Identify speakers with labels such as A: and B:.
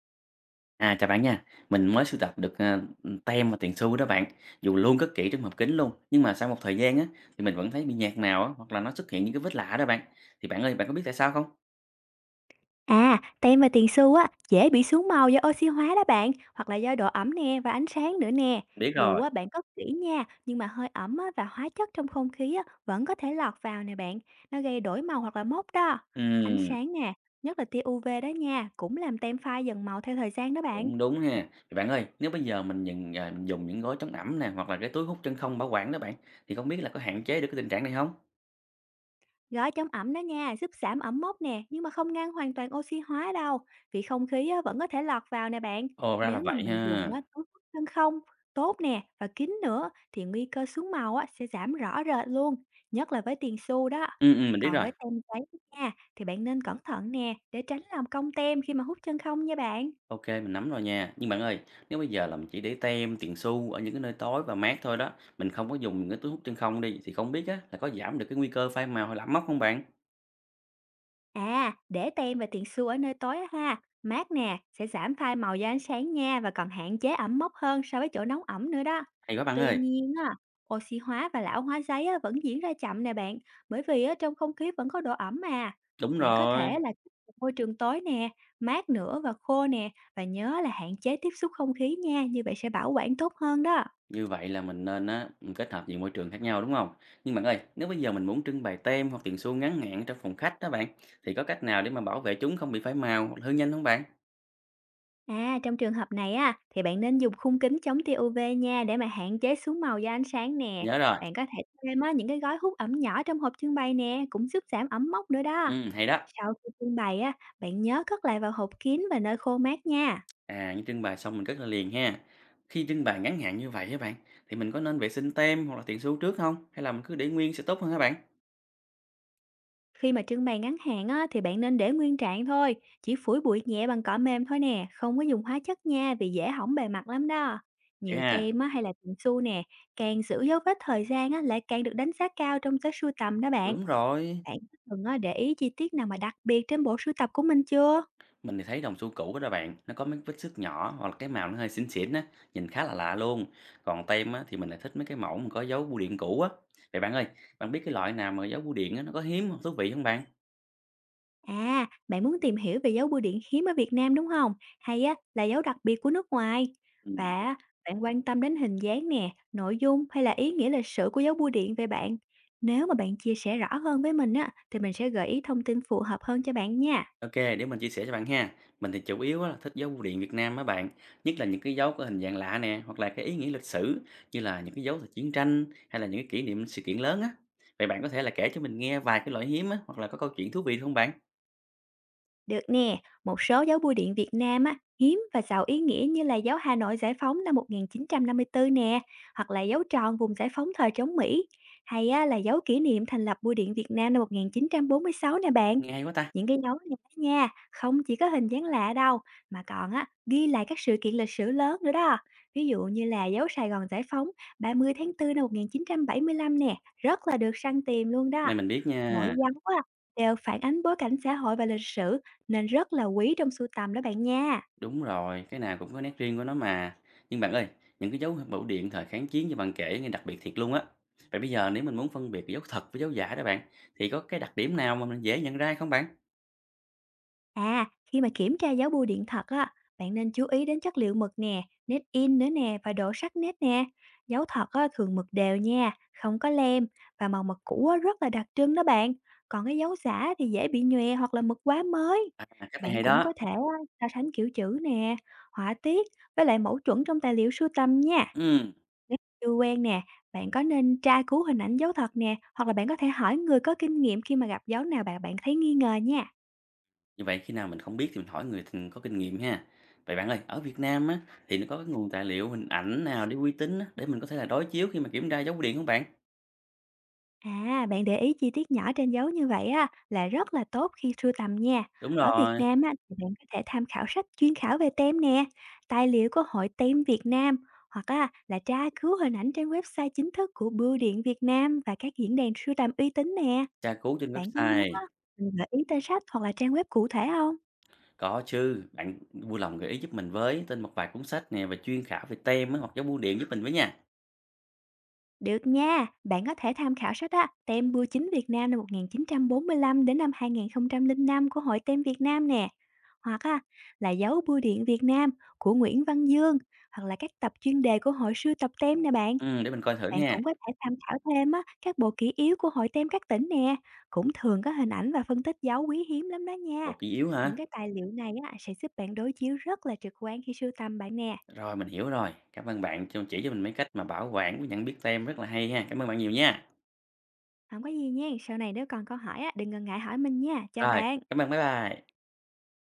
A: À, chào bạn nha. Mình mới sưu tập được, tem và tiền xu đó bạn, dù luôn cất kỹ trong hộp kính luôn, nhưng mà sau một thời gian á, thì mình vẫn thấy bị nhạt nào á, hoặc là nó xuất hiện những cái vết lạ đó bạn. Thì bạn ơi, bạn có biết tại sao không?
B: À, tem và tiền xu á, dễ bị xuống màu do oxy hóa đó bạn, hoặc là do độ ẩm nè và ánh sáng nữa nè.
A: Biết
B: Dù
A: rồi.
B: á, bạn cất kỹ nha, nhưng mà hơi ẩm á, và hóa chất trong không khí á, vẫn có thể lọt vào nè bạn. Nó gây đổi màu hoặc là mốc đó. Ánh
A: Ừm,
B: sáng nè, nhất là tia UV đó nha, cũng làm tem phai dần màu theo thời gian đó bạn.
A: cũng đúng ha. Thì bạn ơi, nếu bây giờ mình nhìn, mình dùng những gói chống ẩm nè, hoặc là cái túi hút chân không bảo quản đó bạn, thì không biết là có hạn chế được cái tình trạng này không.
B: Gói chống ẩm đó nha, giúp giảm ẩm mốc nè, nhưng mà không ngăn hoàn toàn oxy hóa đâu, vì không khí á, vẫn có thể lọt vào nè bạn.
A: Ồ, ra là
B: Nếu mà
A: vậy
B: mình
A: ha.
B: dùng á, túi hút chân không, tốt nè và kín nữa thì nguy cơ xuống màu á, sẽ giảm rõ rệt luôn, nhất là với tiền xu đó.
A: Mình biết
B: Còn
A: rồi.
B: với tem giấy nha, thì bạn nên cẩn thận nè để tránh làm cong tem khi mà hút chân không nha bạn.
A: Ok, mình nắm rồi nha. Nhưng bạn ơi, nếu bây giờ là mình chỉ để tem, tiền xu ở những cái nơi tối và mát thôi đó, mình không có dùng những cái túi hút chân không đi, thì không biết á, là có giảm được cái nguy cơ phai màu hay làm mốc không bạn?
B: À, để tem và tiền xu ở nơi tối á ha, mát nè, sẽ giảm phai màu do ánh sáng nha và còn hạn chế ẩm mốc hơn so với chỗ nóng ẩm nữa đó.
A: Hay quá bạn
B: Tuy
A: ơi.
B: nhiên á, oxy hóa và lão hóa giấy á, vẫn diễn ra chậm nè bạn, bởi vì á, trong không khí vẫn có độ ẩm mà.
A: Đúng
B: Bạn có
A: rồi.
B: thể là môi trường tối nè, mát nữa và khô nè, và nhớ là hạn chế tiếp xúc không khí nha, như vậy sẽ bảo quản tốt hơn đó.
A: Như vậy là mình nên á, mình kết hợp nhiều môi trường khác nhau đúng không? Nhưng bạn ơi, nếu bây giờ mình muốn trưng bày tem hoặc tiền xu ngắn hạn trong phòng khách đó bạn, thì có cách nào để mà bảo vệ chúng không bị phai màu hoặc hư nhanh không bạn?
B: À, trong trường hợp này á, thì bạn nên dùng khung kính chống tia UV nha để mà hạn chế xuống màu do ánh sáng nè.
A: Nhớ rồi.
B: Bạn có thể thêm á, những cái gói hút ẩm nhỏ trong hộp trưng bày nè, cũng giúp giảm ẩm mốc nữa đó.
A: Ừ, hay đó.
B: Sau khi trưng bày á, bạn nhớ cất lại vào hộp kín và nơi khô mát nha.
A: À, những trưng bày xong mình cất lại liền ha. Khi trưng bày ngắn hạn như vậy các bạn, thì mình có nên vệ sinh tem hoặc là tiền xu trước không? Hay là mình cứ để nguyên sẽ tốt hơn các bạn?
B: Khi mà trưng bày ngắn hạn á, thì bạn nên để nguyên trạng thôi, chỉ phủi bụi nhẹ bằng cỏ mềm thôi nè, không có dùng hóa chất nha vì dễ hỏng bề mặt lắm đó.
A: Vậy
B: Nhiều
A: ha.
B: tem á, hay là tiền xu nè, càng giữ dấu vết thời gian á, lại càng được đánh giá cao trong giới sưu tầm đó bạn.
A: Đúng rồi.
B: Bạn đã từng á, để ý chi tiết nào mà đặc biệt trên bộ sưu tập của mình chưa?
A: Mình thì thấy đồng xu cũ đó đó bạn, nó có mấy vết xước nhỏ hoặc là cái màu nó hơi xỉn xỉn á, nhìn khá là lạ luôn. Còn tem á, thì mình lại thích mấy cái mẫu mà có dấu bưu điện cũ á. Vậy bạn ơi, bạn biết cái loại nào mà dấu bưu điện á, nó có hiếm không, thú vị không bạn?
B: À, bạn muốn tìm hiểu về dấu bưu điện hiếm ở Việt Nam đúng không? Hay á, là dấu đặc biệt của nước ngoài?
A: Ừ.
B: Và á, bạn quan tâm đến hình dáng nè, nội dung hay là ý nghĩa lịch sử của dấu bưu điện về bạn? Nếu mà bạn chia sẻ rõ hơn với mình á, thì mình sẽ gợi ý thông tin phù hợp hơn cho bạn nha.
A: OK, để mình chia sẻ cho bạn ha. Mình thì chủ yếu á, là thích dấu bưu điện Việt Nam á bạn, nhất là những cái dấu có hình dạng lạ nè, hoặc là cái ý nghĩa lịch sử như là những cái dấu thời chiến tranh hay là những cái kỷ niệm sự kiện lớn á. Vậy bạn có thể là kể cho mình nghe vài cái loại hiếm á, hoặc là có câu chuyện thú vị không bạn?
B: Được nè, một số dấu bưu điện Việt Nam á, hiếm và giàu ý nghĩa như là dấu Hà Nội Giải phóng năm 1954 nè, hoặc là dấu tròn vùng giải phóng thời chống Mỹ, hay á, là dấu kỷ niệm thành lập bưu điện Việt Nam năm 1946 nè bạn.
A: Nghe hay quá ta.
B: Những cái dấu này đó nha, không chỉ có hình dáng lạ đâu, mà còn á, ghi lại các sự kiện lịch sử lớn nữa đó. Ví dụ như là dấu Sài Gòn Giải phóng 30 tháng 4 năm 1975 nè, rất là được săn tìm luôn đó.
A: Này mình biết
B: Mỗi
A: nha.
B: dấu á, đều phản ánh bối cảnh xã hội và lịch sử nên rất là quý trong sưu tầm đó bạn nha.
A: Đúng rồi, cái nào cũng có nét riêng của nó mà. Nhưng bạn ơi, những cái dấu bưu điện thời kháng chiến như bạn kể nghe đặc biệt thiệt luôn á. Vậy bây giờ nếu mình muốn phân biệt dấu thật với dấu giả đó bạn, thì có cái đặc điểm nào mà mình dễ nhận ra không bạn?
B: À, khi mà kiểm tra dấu bưu điện thật á, bạn nên chú ý đến chất liệu mực nè, nét in nữa nè và độ sắc nét nè. Dấu thật á, thường mực đều nha, không có lem và màu mực cũ á, rất là đặc trưng đó bạn. Còn cái dấu giả thì dễ bị nhòe hoặc là mực quá mới.
A: À, cách này
B: Bạn
A: hay
B: cũng
A: đó.
B: có thể á, so sánh kiểu chữ nè, họa tiết với lại mẫu chuẩn trong tài liệu sưu tầm nha.
A: Ừ.
B: Nếu chưa quen nè, bạn có nên tra cứu hình ảnh dấu thật nè, hoặc là bạn có thể hỏi người có kinh nghiệm khi mà gặp dấu nào bạn bạn thấy nghi ngờ nha.
A: Như vậy khi nào mình không biết thì mình hỏi người th có kinh nghiệm ha. Vậy bạn ơi, ở Việt Nam á, thì nó có cái nguồn tài liệu, hình ảnh nào để uy tín á, để mình có thể là đối chiếu khi mà kiểm tra dấu bưu điện không bạn?
B: À, bạn để ý chi tiết nhỏ trên dấu như vậy á là rất là tốt khi sưu tầm nha.
A: Đúng
B: Ở Việt
A: rồi,
B: Nam á thì bạn có thể tham khảo sách chuyên khảo về tem nè, tài liệu của Hội Tem Việt Nam hoặc á, là tra cứu hình ảnh trên website chính thức của Bưu điện Việt Nam và các diễn đàn sưu tầm uy tín nè.
A: tra cứu trên
B: Bạn có muốn
A: website.
B: á, mình gợi ý tên sách hoặc là trang web cụ thể không?
A: Có chứ, bạn vui lòng gợi ý giúp mình với tên một vài cuốn sách nè và chuyên khảo về tem á, hoặc dấu bưu điện giúp mình với nha.
B: Được nha, bạn có thể tham khảo sách á, Tem Bưu chính Việt Nam năm 1945 đến năm 2005 của Hội Tem Việt Nam nè, hoặc á, là Dấu Bưu điện Việt Nam của Nguyễn Văn Dương, hoặc là các tập chuyên đề của Hội sưu tập tem nè bạn.
A: Để mình coi thử
B: Bạn
A: nha.
B: cũng có thể tham khảo thêm á, các bộ kỷ yếu của Hội Tem các tỉnh nè, cũng thường có hình ảnh và phân tích dấu quý hiếm lắm đó nha.
A: Bột ghi yếu
B: Những
A: hả?
B: cái tài liệu này á, sẽ giúp bạn đối chiếu rất là trực quan khi sưu tầm bạn nè.
A: Rồi, mình hiểu rồi. Cảm ơn bạn cho chỉ cho mình mấy cách mà bảo quản với nhận biết tem rất là hay ha. Cảm ơn bạn nhiều nha.
B: Không có gì nha, sau này nếu còn câu hỏi á, đừng ngần ngại hỏi mình nha, chào
A: Rồi,
B: bạn.
A: cảm ơn, bye bye.